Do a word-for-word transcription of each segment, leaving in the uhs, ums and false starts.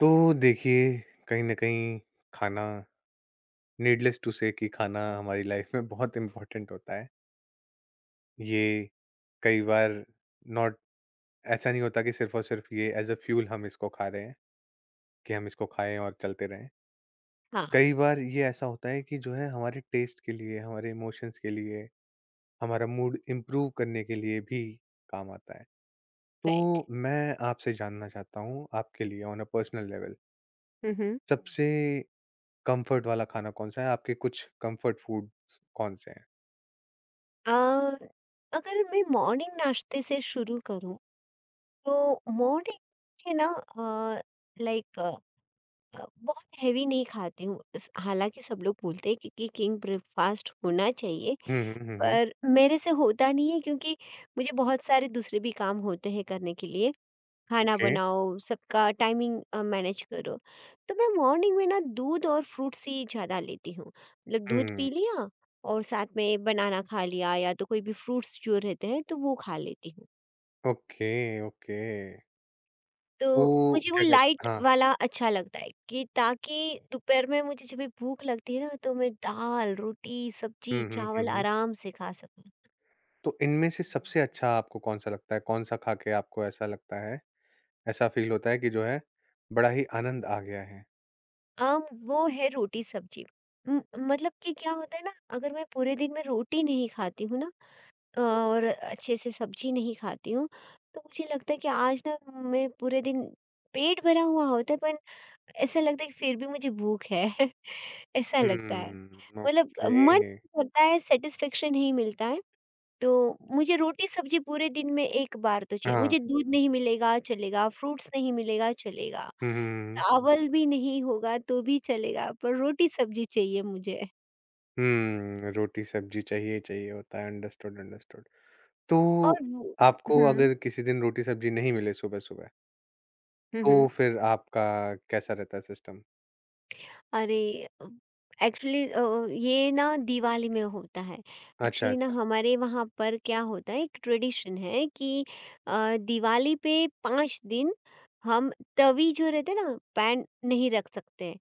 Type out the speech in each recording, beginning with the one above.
तो देखिए, कहीं न कहीं खाना नीडलेस टू से कि खाना हमारी लाइफ में बहुत इम्पोर्टेंट होता है। ये कई बार नॉट ऐसा नहीं होता कि सिर्फ़ और सिर्फ़ ये एज़ अ फ्यूल हम इसको खा रहे हैं, कि हम इसको खाएँ और चलते रहें। हाँ। कई बार ये ऐसा होता है कि जो है हमारे टेस्ट के लिए, हमारे इमोशंस के लिए, हमारा मूड इम्प्रूव करने के लिए भी काम आता है। राइट। तो मैं आपसे जानना चाहता हूँ, आपके लिए on a personal level hmm. सबसे कम्फर्ट वाला खाना कौन-सा है? आपके कुछ कम्फर्ट फूड्स कौन-से हैं? अ, अगर मैं मॉर्निंग नाश्ते से शुरू करूं तो मॉर्निंग मुझे ना लाइक बहुत हैवी नहीं खाती हूँ इस- हालांकि सब लोग बोलते हैं कि, कि किंग ब्रेकफास्ट होना चाहिए। हुँ, हुँ, हुँ, हुँ। पर मेरे से होता नहीं है क्योंकि मुझे बहुत सारे दूसरे भी काम होते हैं करने के लिए। खाना ओके। बनाओ, सबका टाइमिंग अ, मैनेज करो। तो मैं मॉर्निंग में ना दूध और फ्रूट्स ही ज़्यादा लेती हूँ। मतलब दूध हुँ। पी लिया और साथ में बनाना खा लिया या तो कोई भी फ्रूट्स जो रहते हैं तो वो खा लेती हूँ। Okay, okay. तो तो मुझे वो क्या कहते लाइट हाँ। वाला अच्छा लगता है कि ताकि दोपहर में मुझे जब भी भूख लगती है ना तो मैं दाल, रोटी, सब्जी, हुँ, हुँ, हुँ, चावल हुँ। आराम से खा सकूँ। तो इनमें से सबसे अच्छा आपको कौन-सा लगता है? कौन-सा खा के आपको ऐसा लगता है ऐसा फ़ील होता है कि जो है बड़ा ही आनंद आ गया है? अम, वो है रोटी सब्जी। उम, मतलब कि क्या होता है ना अगर मैं पूरे दिन में रोटी नहीं खाती हूँ ना और अच्छे से सब्जी नहीं खाती हूँ, तो मुझे लगता है कि आज ना मैं पूरे दिन पेट भरा हुआ होता है पर ऐसा लगता है कि फिर भी मुझे भूख है। ऐसा लगता है। हुँ, मतलब मन ओके। करता है सैटिस्फैक्शन नहीं मिलता है, तो मुझे रोटी-सब्जी पूरे दिन में एक बार तो चाहिए। हाँ। मुझे दूध नहीं मिलेगा चलेगा, फ्रूट्स नहीं मिलेगा चलेगा, हुँ, हुँ, हुँ। चावल भी नहीं होगा तो भी चलेगा पर रोटी-सब्जी चाहिए मुझे। हुँ, हम्म, रोटी सब्जी चाहिए ही चाहिए होता है। Understood, understood. तो और वो आपको हुँ। अगर किसी दिन रोटी सब्जी नहीं मिले सुबह-सुबह हुँ, तो हुँ। फिर आपका कैसा रहता है सिस्टम? अरे! एक्चुअली अ, ये ना दिवाली में होता है। अच्छा, एक्चुअली ना अच्छा। हमारे वहाँ पर क्या होता है एक ट्रेडिशन है कि अ, दिवाली पे पांच दिन हम तवी जो रहते हैं ना पैन नहीं रख सकते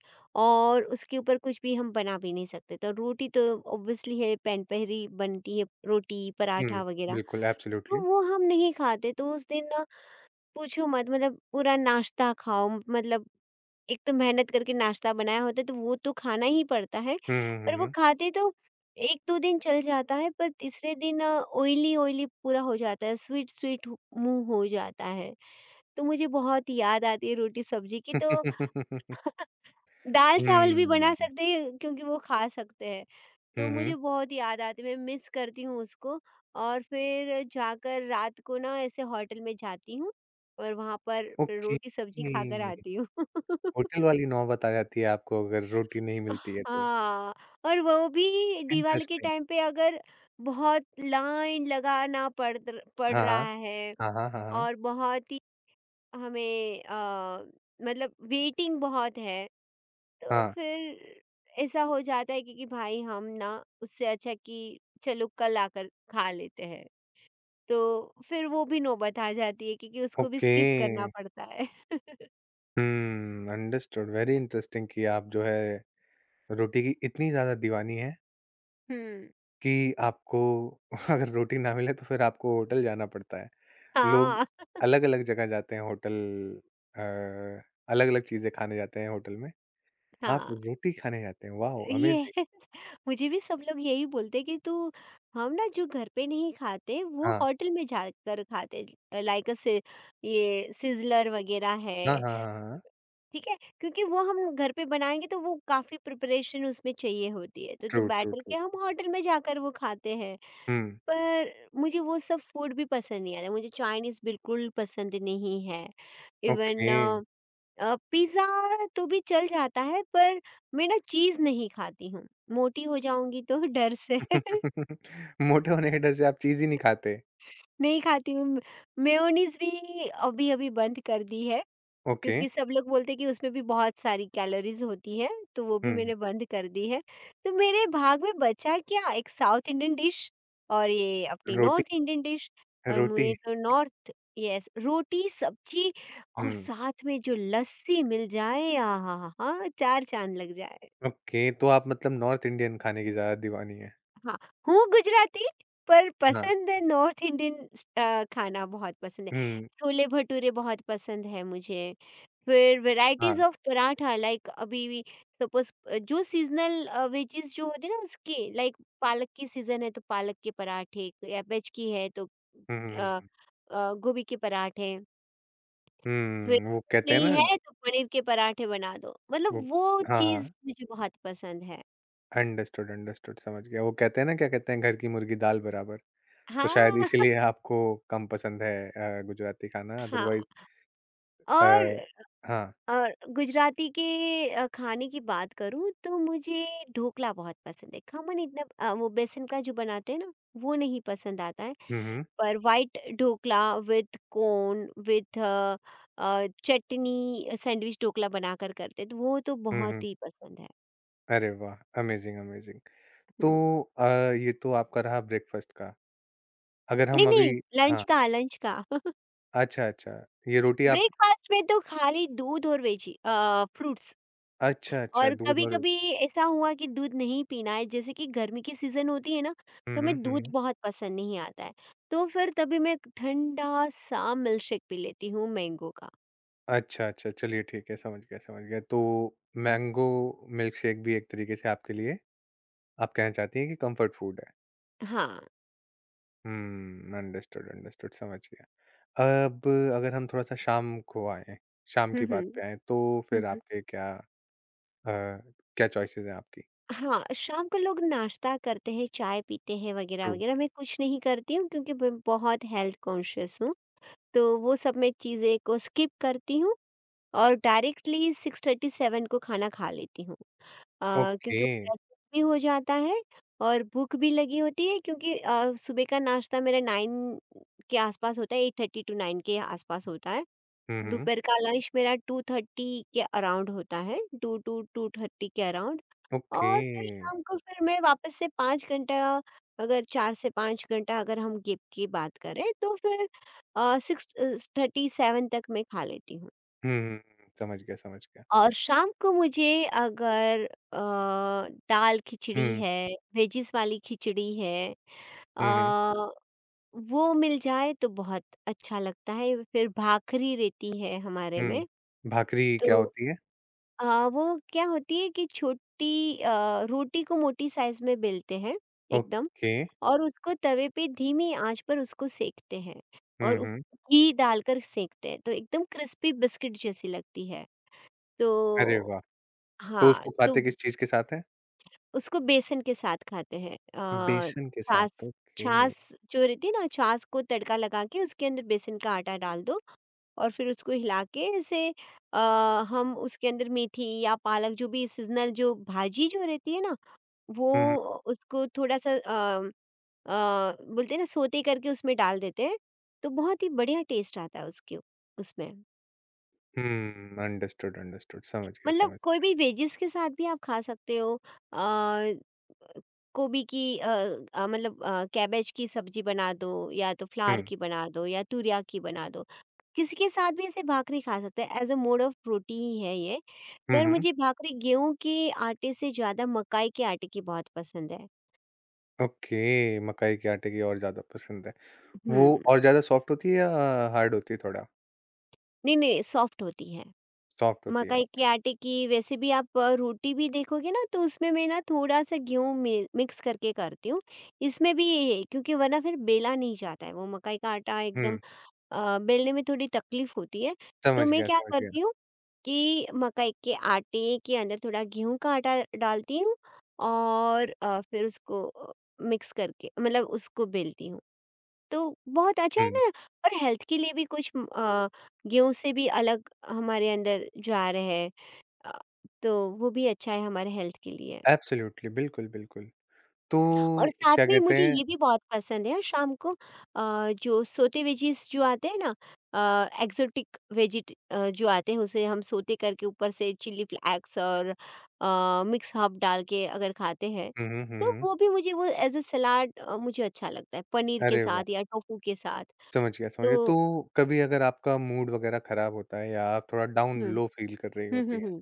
और उसके ऊपर कुछ भी हम बना भी नहीं सकते। तो रोटी तो ऑब्वियसली है पैन पे ही बनती है रोटी, हुँ, पराठा वग़ैरह। बिल्कुल, तो एब्सोल्युटली। वो हम नहीं खाते तो उस दिन ना पूछो मत, मतलब पूरा नाश्ता खाओ, मतलब एक तो मेहनत करके नाश्ता बनाया होता है तो वो तो खाना ही पड़ता है, हुँ, हुँ, पर वो हुँ। खाते तो एक-दो दिन चल जाता है पर तीसरे दिन अ, ऑयली-ऑयली पूरा हो जाता है, स्वीट-स्वीट मुँह हो जाता है। तो मुझे बहुत याद आती है रोटी-सब्जी की। हुँ, तो हुँ, हुँ। दाल-चावल भी बना सकते हैं क्योंकि वो खा सकते हैं। तो मुझे बहुत याद आती है, मैं मिस करती हूँ उसको और फिर जाकर रात को ना ऐसे होटल में जाती हूँ और वहाँ पर फिर ओके, रोटी-सब्जी खाकर आती हूँ। होटल वाली नौबत आ जाती है आपको अगर रोटी नहीं मिलती है तो। हाँ, और वो भी दिवाली के इंटरेस्टिंग। टाइम पे अगर बहुत लाइन लगाना पड़ र- पड़ हाँ, हाँ। रहा है हाँ, हाँ, हाँ, हाँ। और बहुत ही हमें अ, मतलब वेटिंग बहुत है तो हाँ, फिर ऐसा हो जाता है कि, कि भाई हम ना उससे अच्छा कि चलो कल आकर खा लेते हैं, तो फिर वो भी नौबत आ जाती है क्योंकि उसको भी ओके। स्किप करना पड़ता है। हुँ, अंडरस्टूड, वेरी इंटरेस्टिंग कि आप जो है रोटी की इतनी ज़्यादा दीवानी हैं हम्म। कि आपको अगर रोटी ना मिले तो फिर आपको होटल जाना पड़ता है। लोग हाँ। अलग-अलग जगह जाते हैं होटल अ, अलग-अलग चीज़ें खाने जाते हैं होटल में। आप हाँ, रोटी खाने जाते हैं, वाओ! अमेज़िंग। ये मुझे भी सब लोग यही बोलते हैं कि तू, हम ना जो घर पे नहीं खाते वो हाँ। होटल में जाकर खाते। लाइक से ये सिजलर वगैरह है, हाँ, हाँ, हाँ, हाँ। ठीक है क्योंकि वो हम घर पे बनाएंगे तो वो काफी प्रिपरेशन उसमें चाहिए होती है तो तो ट्रू, ट्रू, बेटर ट्रू। के हम होटल में जाकर वो खाते हैं। हुँ, पर मुझे वो सब फूड भी पसंद नहीं आता। मुझे चाइनीज बिल्कुल पसंद नहीं है। ओके। इवन अ, पिज़्ज़ा तो भी चल जाता है पर मैं ना चीज़ नहीं खाती हूँ। मोटी हो जाऊँगी तो डर से। मोटे होने के डर से आप चीज़ ही नहीं खाते। नहीं खाती हूँ। मेयोनीज़ भी अभी-अभी बंद कर दी है ओके। क्योंकि सब लोग बोलते हैं कि उसमें भी बहुत सारी कैलोरीज़ होती हैं, तो वो भी हुँ, मैंने बंद कर दी है। तो मेरे भाग में बचा क्या? एक साउथ इंडियन डिश और ये अपनी रोटी नॉर्थ इंडियन डिश। और रोटी मुझे तो नॉर्थ। यस, रोटी, सब्ज़ी और हुँ, साथ में जो लस्सी मिल जाए, आहाहा! चार चाँद लग जाए। ओके तो आप मतलब नॉर्थ इंडियन खाने की ज़्यादा दीवानी हैं। हाँ, हूँ गुजराती पर हाँ। पसंद है नॉर्थ इंडियन स अ, खाना बहुत पसंद है। हुँ, छोले-भटूरे बहुत पसंद है मुझे, फिर वैराइटीज़ हाँ। ऑफ पराठा लाइक अभी भी सपोज़ अ, जो सीज़नल अ, वेजेज़ जो होते हैं ना उसके लाइक पालक की सीज़न है तो पालक के पराठे, कैबेज की है तो हुँ, हुँ, हुँ, अ हुँ। अ, गोभी के पराठे, फिर हुँ, वो कहते हैं नहीं ना है तो पनीर के पराठे बना दो। मतलब वो वो हाँ, चीज़ हाँ। मुझे बहुत पसंद है। अंडरस्टूड, अंडरस्टूड समझ गया। वो कहते हैं ना क्या कहते हैं घर की मुर्गी दाल बराबर। तो शायद हाँ। इसीलिए आपको कम पसंद है अ, गुजराती खाना हाँ। अदरवाइज़ अ, और हाँ। और गुजराती के अ, खाने की बात करूँ तो मुझे ढोकला बहुत पसंद है। खमन इतना अ, वो बेसन का जो बनाते हैं ना, वो नहीं पसंद आता है। हुँ, हुँ। पर white dhokla with corn, with a uh, chutney sandwich dhokla बनाकर करते हैं, तो वो तो हुँ, बहुत हुँ। ही पसंद है। अरे वाह! Amazing, amazing. तो हुँ। अ, ये तो आपका रहा ब्रेकफ़ास्ट का। अगर नहीं, हम अभी नहीं, लंच हाँ। का, लंच का। अच्छा, अच्छा। ये रोटी आप ब्रेकफ़ास्ट में तो खाली दूध और वेजी अ, फ्रूट्स। अच्छा, अच्छा और दूध और कभी-कभी ऐसा हुआ कि दूध नहीं पीना है, जैसे कि गर्मी की सीज़न होती है ना, हुँ, तो मैं हुँ, हुँ, दूध हुँ। बहुत पसंद नहीं आता है, तो फिर तभी मैं ठंडा सा मिल्कशेक पी लेती हूँ मैंगो का। अच्छा, अच्छा चलिए ठीक है समझ गया, समझ गया। तो मैंगो मिल्क शेक भी एक तरीके से आपके लिए आप कहना चाहती हैं कि कम्फ़र्ट फ़ूड है? हाँ। हुँ, अंडरस्टूड, अंडरस्टूड समझ गया। अब अगर हम थोड़ा-सा शाम को आएँ, शाम हुँ, की हुँ। बात पे आएँ, तो हुँ, फिर हुँ। आपके क्या अ, क्या चॉइसेस हैं आपकी? हाँ, शाम को लोग नाश्ता करते हैं, चाय पीते हैं ट्रू, वगैरह-वगैरह, मैं कुछ नहीं करती हूँ क्योंकि मैं बहुत हेल्थ कॉन्शियस हूँ, तो वो सब मैं चीज़ें को स्किप करती हूँ। और डायरेक्टली छह बजकर सैंतीस को खाना खा लेती हूँ। अ, ओके। क्योंकि डाइजेस्ट भी हो जाता है और भूख भी लगी होती है क्योंकि अ, सुबह का नाश्ता मेरा नौ के आसपास होता है, साढ़े आठ टू नौ के आसपास होता है। हुँ, हुँ, दोपहर का लंच मेरा ढाई के अराउंड होता है, दो टू ढाई के अराउंड, ओके। और फिर शाम को फिर मैं वापस से पांच घंटा, अगर चार से पांच घंटा अगर हम गैप की बात करें तो फिर अ, छह अ, सैंतीस तक मैं खा लेती हूँ। हुँ, हुँ, हुँ, समझ गया, समझ गया। और शाम को मुझे अगर अ, दाल खिचड़ी हुँ, है, वेजिज़ वाली खिचड़ी है, अ, हुँ, हुँ, वो मिल जाए तो बहुत अच्छा लगता है। फिर भाखरी रहती है हमारे हुँ। में। भाकरी क्या तो होती है? अ, वो क्या होती है कि छोटी अ, रोटी को मोटी साइज़ में बेलते हैं एकदम, ओके। और उसको तवे पे धीमी आँच पर उसको सेंकते हैं हुँ, और उप हुँ। घी डालकर सेंकते हैं, तो एकदम क्रिस्पी बिस्किट जैसी लगती है। अरे वाह! तो तो हाँ, उसको तो खाते किस चीज़ के साथ हैं? उसको बेसन के साथ खाते हैं। अ, बेसन के साथ, छाछ ओके। छाछ जो रहती है ना, छाछ को तड़का लगा के उसके अंदर बेसन का आटा डाल दो और फिर उसको हिला के ऐसे अ, हम उसके अंदर मेथी या पालक जो भी सीजनल जो भाजी जो रहती है ना, वो हुँ, हुँ, उसको थोड़ा सा अ, अ, बोलते हैं ना सोते करके उसमें डाल देते हैं, तो बहुत ही बढ़िया टेस्ट आता है उसके उसमें। हुँ, अंडरस्टूड, अंडरस्टूड समझ गया, मतलब समझ कोई भी वेजिस के साथ भी आप खा सकते हो। अ, गोभी की अ अ, मतलब अ, कैबेज की सब्जी बना दो या तो हुँ, फ्लावर की बना दो या तुरिया की बना दो। किसी के साथ भी ऐसे भाकरी खा सकते हैं, as a mode of protein ही है ये। हुँ, पर हुँ। मुझे भाकरी गेहूँ के आटे से ज़्यादा मकाई के आटे की बहुत पसंद है। ओके, मकाई के आटे की और ज़्यादा पसंद है। वो हुँ, और ज़्यादा सॉफ्ट होती है या हार्ड होती है थोड़ा? नहीं, नहीं, सॉफ्ट होती है। सॉफ्ट होती है, मकई के ओके। आटे की वैसे भी आप अ, रोटी भी देखोगे ना, तो उसमें मैं ना थोड़ा सा गेहूँ मि मिक्स करके करती हूँ। इसमें भी ये है क्योंकि वरना फिर बेला नहीं जाता है वो मकई का आटा हुँ, एकदम अ, बेलने में थोड़ी तकलीफ होती है। तो समझ मैं गया, क्या समझ गया। करती हूँ कि मकई के आटे के अंदर थोड़ा गेहूँ का आटा डालती हूँ और अ, फिर उसको अ, मिक्स करके मतलब उसको बेलती हूँ। तो बहुत अच्छा है हुँ, ना, और हेल्थ के लिए भी कुछ अ, गेहूँ से भी अलग हमारे अंदर जा रहे हैं। अ, तो वो भी अच्छा है हमारे हेल्थ के लिए। एब्सोल्युटली, बिल्कुल, बिल्कुल। तो और साथ क्या में कहते मुझे हैं ये भी बहुत पसंद है शाम को, अ, जो सोते वेजीज़ जो आते हैं ना, अ, एक्सोटिक वेजिट अ, जो आते हैं उसे हम सोते करके ऊपर से चिली फ्लैक्स और अ, मिक्स हर्ब डाल के अगर खाते हैं, हुँ, हुँ, हुँ, तो हुँ। वो भी मुझे वो एज़ अ सलाद अ, मुझे अच्छा लगता है पनीर के अरे वाह! साथ या टोफू के साथ। समझ गया, समझ गया। तो तो कभी अगर आपका मूड वग़ैरह ख़राब होता है या आप थोड़ा डाउन हुँ। लो फ़ील कर रही हुँ, होती हुँ, हैं, हुँ।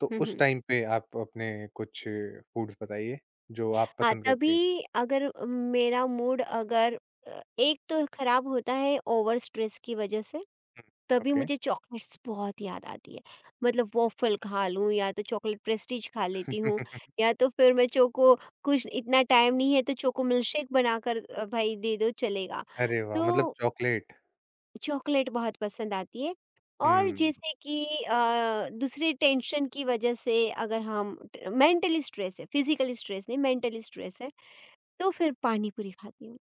तो हुँ, उस हुँ। टाइम पे आप अपने कुछ फूड्स बताइए, जो आप हाँ, पसंद करती हैं? तभी अगर मेरा मूड अगर अ, एक तो खराब होता है ओवर स्ट्रेस की वजह से, हुँ, तभी ओके। मुझे चॉकलेट्स बहुत याद आती है। मतलब वॉफ़ल खा लूँ या तो चॉकलेट प्रेस्टीज खा लेती हूँ, या तो फिर मैं चोको कुछ इतना टाइम नहीं है तो चोको मिल्कशेक बनाकर अ, भाई दे दो चलेगा। अरे वाह! मतलब तो चॉकलेट। चॉकलेट बहुत पसंद आती है, और हुँ। जैसे कि अ, दूसरी टेंशन की वजह से, अगर हम ट मेंटली स्ट्रेस है, फिज़िकली स्ट्रेस नहीं, मेंटली स्ट्रेस है। तो फिर पानी पूरी खाती हूँ,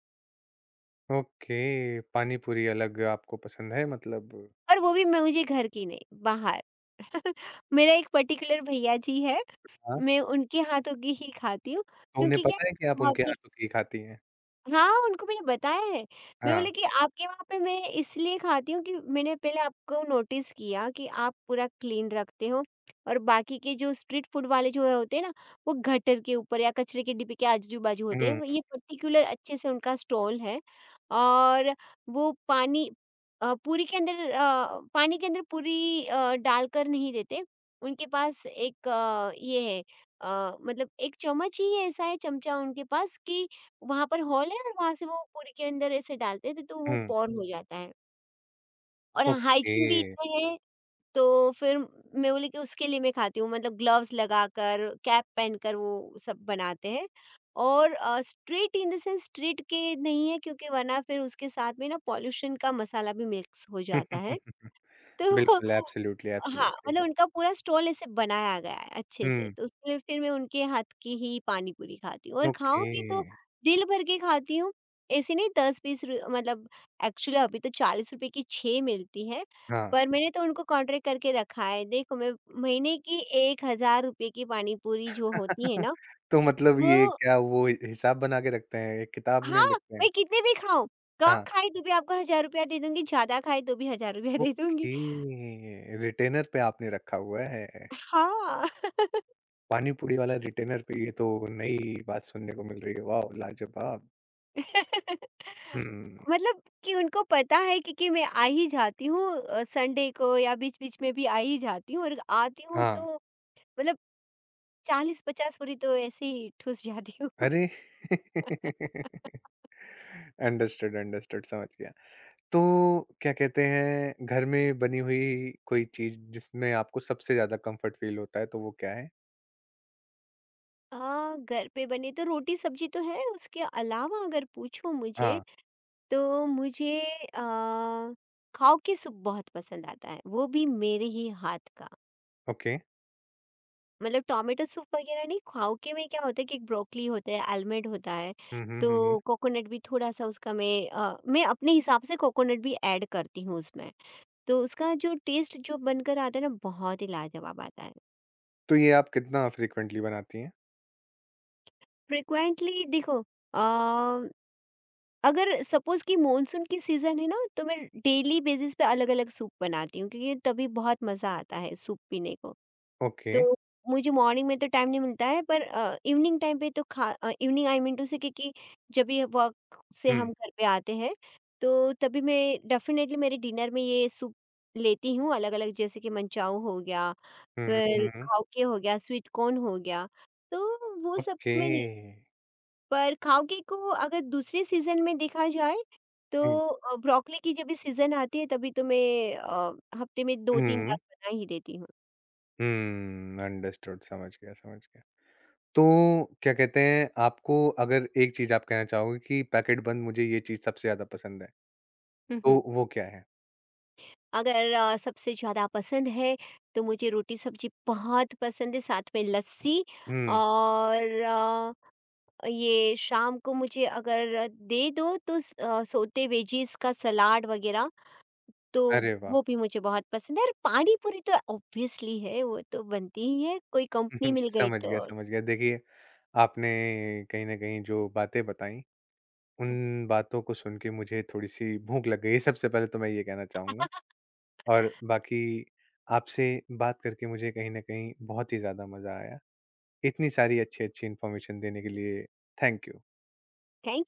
ओके, पानी पूरी अलग आपको पसंद है मतलब और वो भी मैं, मुझे घर की नहीं, बाहर। मेरा एक पर्टिकुलर भैया जी है, हाँ। मैं उनके हाथों की ही खाती हूँ तो उन्हें क्योंकि क्या पता है कि है, आप बहुत उनके ही। हाथों की खाती हैं? हाँ, उनको मैंने बताया है। मैं बोली हाँ। कि आपके वहाँ पे मैं इसलिए खाती हूँ कि मैंने पहले आपको नोटिस किया कि आप पूरा क्लीन रखते हो, और बाकी के जो स्ट्रीट फूड वाले जो होते हैं ना, वो गटर के ऊपर या कचरे के डिब्बे के आजू-बाजू होते हैं। हुँ, वो- ये पर्टिकुलर अच्छे से उनका स्टॉल है, और वो पानी अ, पूरी के अंदर अ, पानी के अंदर पूरी अ, डालकर नहीं देते। उनके पास एक अ, ये है अ, मतलब एक चम्मच ही ऐसा है, चमचा उनके पास कि वहाँ पर हॉल है और वहाँ से वो पूरी के अंदर ऐसे डालते थे तो तो वो हुँ, पॉर्न हो हुँ। जाता है, और ओके। हाइजीन भी इतने हैं। तो फिर मैं बोली कि उसके लिए मैं खाती हूँ, मतलब ग्लव्स लगाकर, कैप पहनकर वो सब बनाते हैं, और अ, street in the sense street के नहीं है क्योंकि वरना फिर उसके साथ में ना पॉल्यूशन का मसाला भी मिक्स हो जाता है, बिल्कुल, तो। एब्सोल्युटली, हाँ, एब्सोल्युटली। मतलब उनका पूरा स्टॉल ऐसे बनाया गया है अच्छे से, हुँ, तो उसके लिए फिर मैं उनके हाथ की ही पानी पूरी खाती हूँ, और ओके, खाऊँगी तो दिल भर के खाती हूँ, ऐसे नहीं दस-बीस रु, मतलब एक्चुअली अभी तो चालीस रुपए की छह मिलती है, हाँ। पर मैंने तो उनको कॉन्ट्रैक्ट करके रखा है, देखो मैं महीने की एक हज़ार रुपए की पानी पूरी जो होती है ना, तो मतलब ये वो। क्या वो हिसाब बना के रखते हैं, एक किताब में हाँ, लिखते हैं? मैं कितने भी खाऊँ, कम हाँ, खाई तो भी आपको एक हज़ार रुपए दे दूँगी, ज़्यादा खाई तो भी एक हज़ार रुपए दे दूँगी। ओके, रिटेनर पे आपने रखा हुआ है। हाँ। पानी पूरी वाला रिटेनर पे, ये तो नई बात सुनने को मिल रही है, वाओ! लाजवाब। हुँ, मतलब कि उनको पता है कि, कि मैं आ ही जाती हूँ अ, संडे को या बीच-बीच में भी आ ही जाती हूँ, और आती हूँ हाँ। तो मतलब चालीस-पचास पूरी तो ऐसे ही ठुस जाती हूँ। अरे! अंडरस्टूड, अंडरस्टूड समझ गया। तो क्या कहते हैं, घर में बनी हुई कोई चीज़ जिसमें आपको सबसे ज़्यादा कम्फ़र्ट फ़ील होता है, तो वो क्या है? अ, घर पे बने तो रोटी सब्जी तो है, उसके अलावा अगर पूछो मुझे, हाँ, तो मुझे अ, खाओ की सूप बहुत पसंद आता है, वो भी मेरे ही हाथ का। ओके। मतलब टोमेटो सूप वगैरह नहीं, खाओके में क्या होता है कि एक ब्रोकली होता है, आलमंड होता है, हुँ, हुँ, तो हुँ, हुँ। कोकोनट भी थोड़ा-सा उसका मैं अ, मैं अपने हिसाब से कोकोनट भी ऐड करती हूँ उसमें। तो उसका जो टेस्ट जो बनकर आता है ना, बहुत ही लाजवाब आता है। तो ये आप कितना फ्रीक्वेंटली बनाती हैं? फ्रीक्वेंटली देखो, अ, अगर सपोज़ कि मानसून की सीज़न है ना, तो मैं डेली बेसिस पे अलग-अलग सूप बनाती हूँ क्योंकि तभी बहुत मज़ा आता है सूप पीने को। ओके। तो मुझे मॉर्निंग में तो टाइम नहीं मिलता है पर अ, इवनिंग टाइम पे तो खा अ, इवनिंग आई मीन टू से, क्योंकि जब भी वर्क से हुँ, हम घर पे आते हैं तो तभी मैं डेफिनेटली मेरे डिनर में ये सूप लेती हूँ अलग अलग, जैसे कि मंचाऊ हो गया, हुँ, हुँ, फिर हुँ, हुँ। खाओके हो गया, स्वीट कॉर्न हो गया, तो वो सब ओके। तो मैं ले- पर खाओके को अगर दूसरे सीजन में देखा जाए, हुँ, तो ब्रोकली की जब भी सीजन आती है तभी तो मैं अ, हफ्ते में दो तीन बार हुँ, बना ही देती। हुँ, अंडरस्टूड समझ गया, समझ गया। तो क्या कहते हैं, आपको अगर एक चीज़ आप कहना चाहोगे कि पैकेट बंद मुझे ये चीज़ सबसे ज़्यादा पसंद है, तो हूँ वो क्या है? अगर अ, सबसे ज़्यादा पसंद है तो मुझे रोटी सब्जी बहुत पसंद है साथ में लस्सी, हुँ। और अ, ये शाम को मुझे अगर दे दो तो स- अ, सोते वेजीज का सलाद वगैरह, तो अरे वाह! वो भी मुझे बहुत पसंद है, और पानी पूरी तो ऑब्वियसली है, वो तो बनती ही है, कोई कंपनी हम्म, मिल गई समझ तो। गया, समझ गया। देखिए, आपने कहीं न कहीं जो बातें बताई, उन बातों को सुन के मुझे थोड़ी-सी भूख लग गई है, सबसे पहले तो मैं ये कहना चाहूँगा। और बाकी आपसे बात करके मुझे कहीं न कहीं बहुत ही ज़्यादा मज़ा आया। इतनी सारी अच्छी-अच्छी इन्फॉर्मेशन देने के लिए थैंक यू। थैंक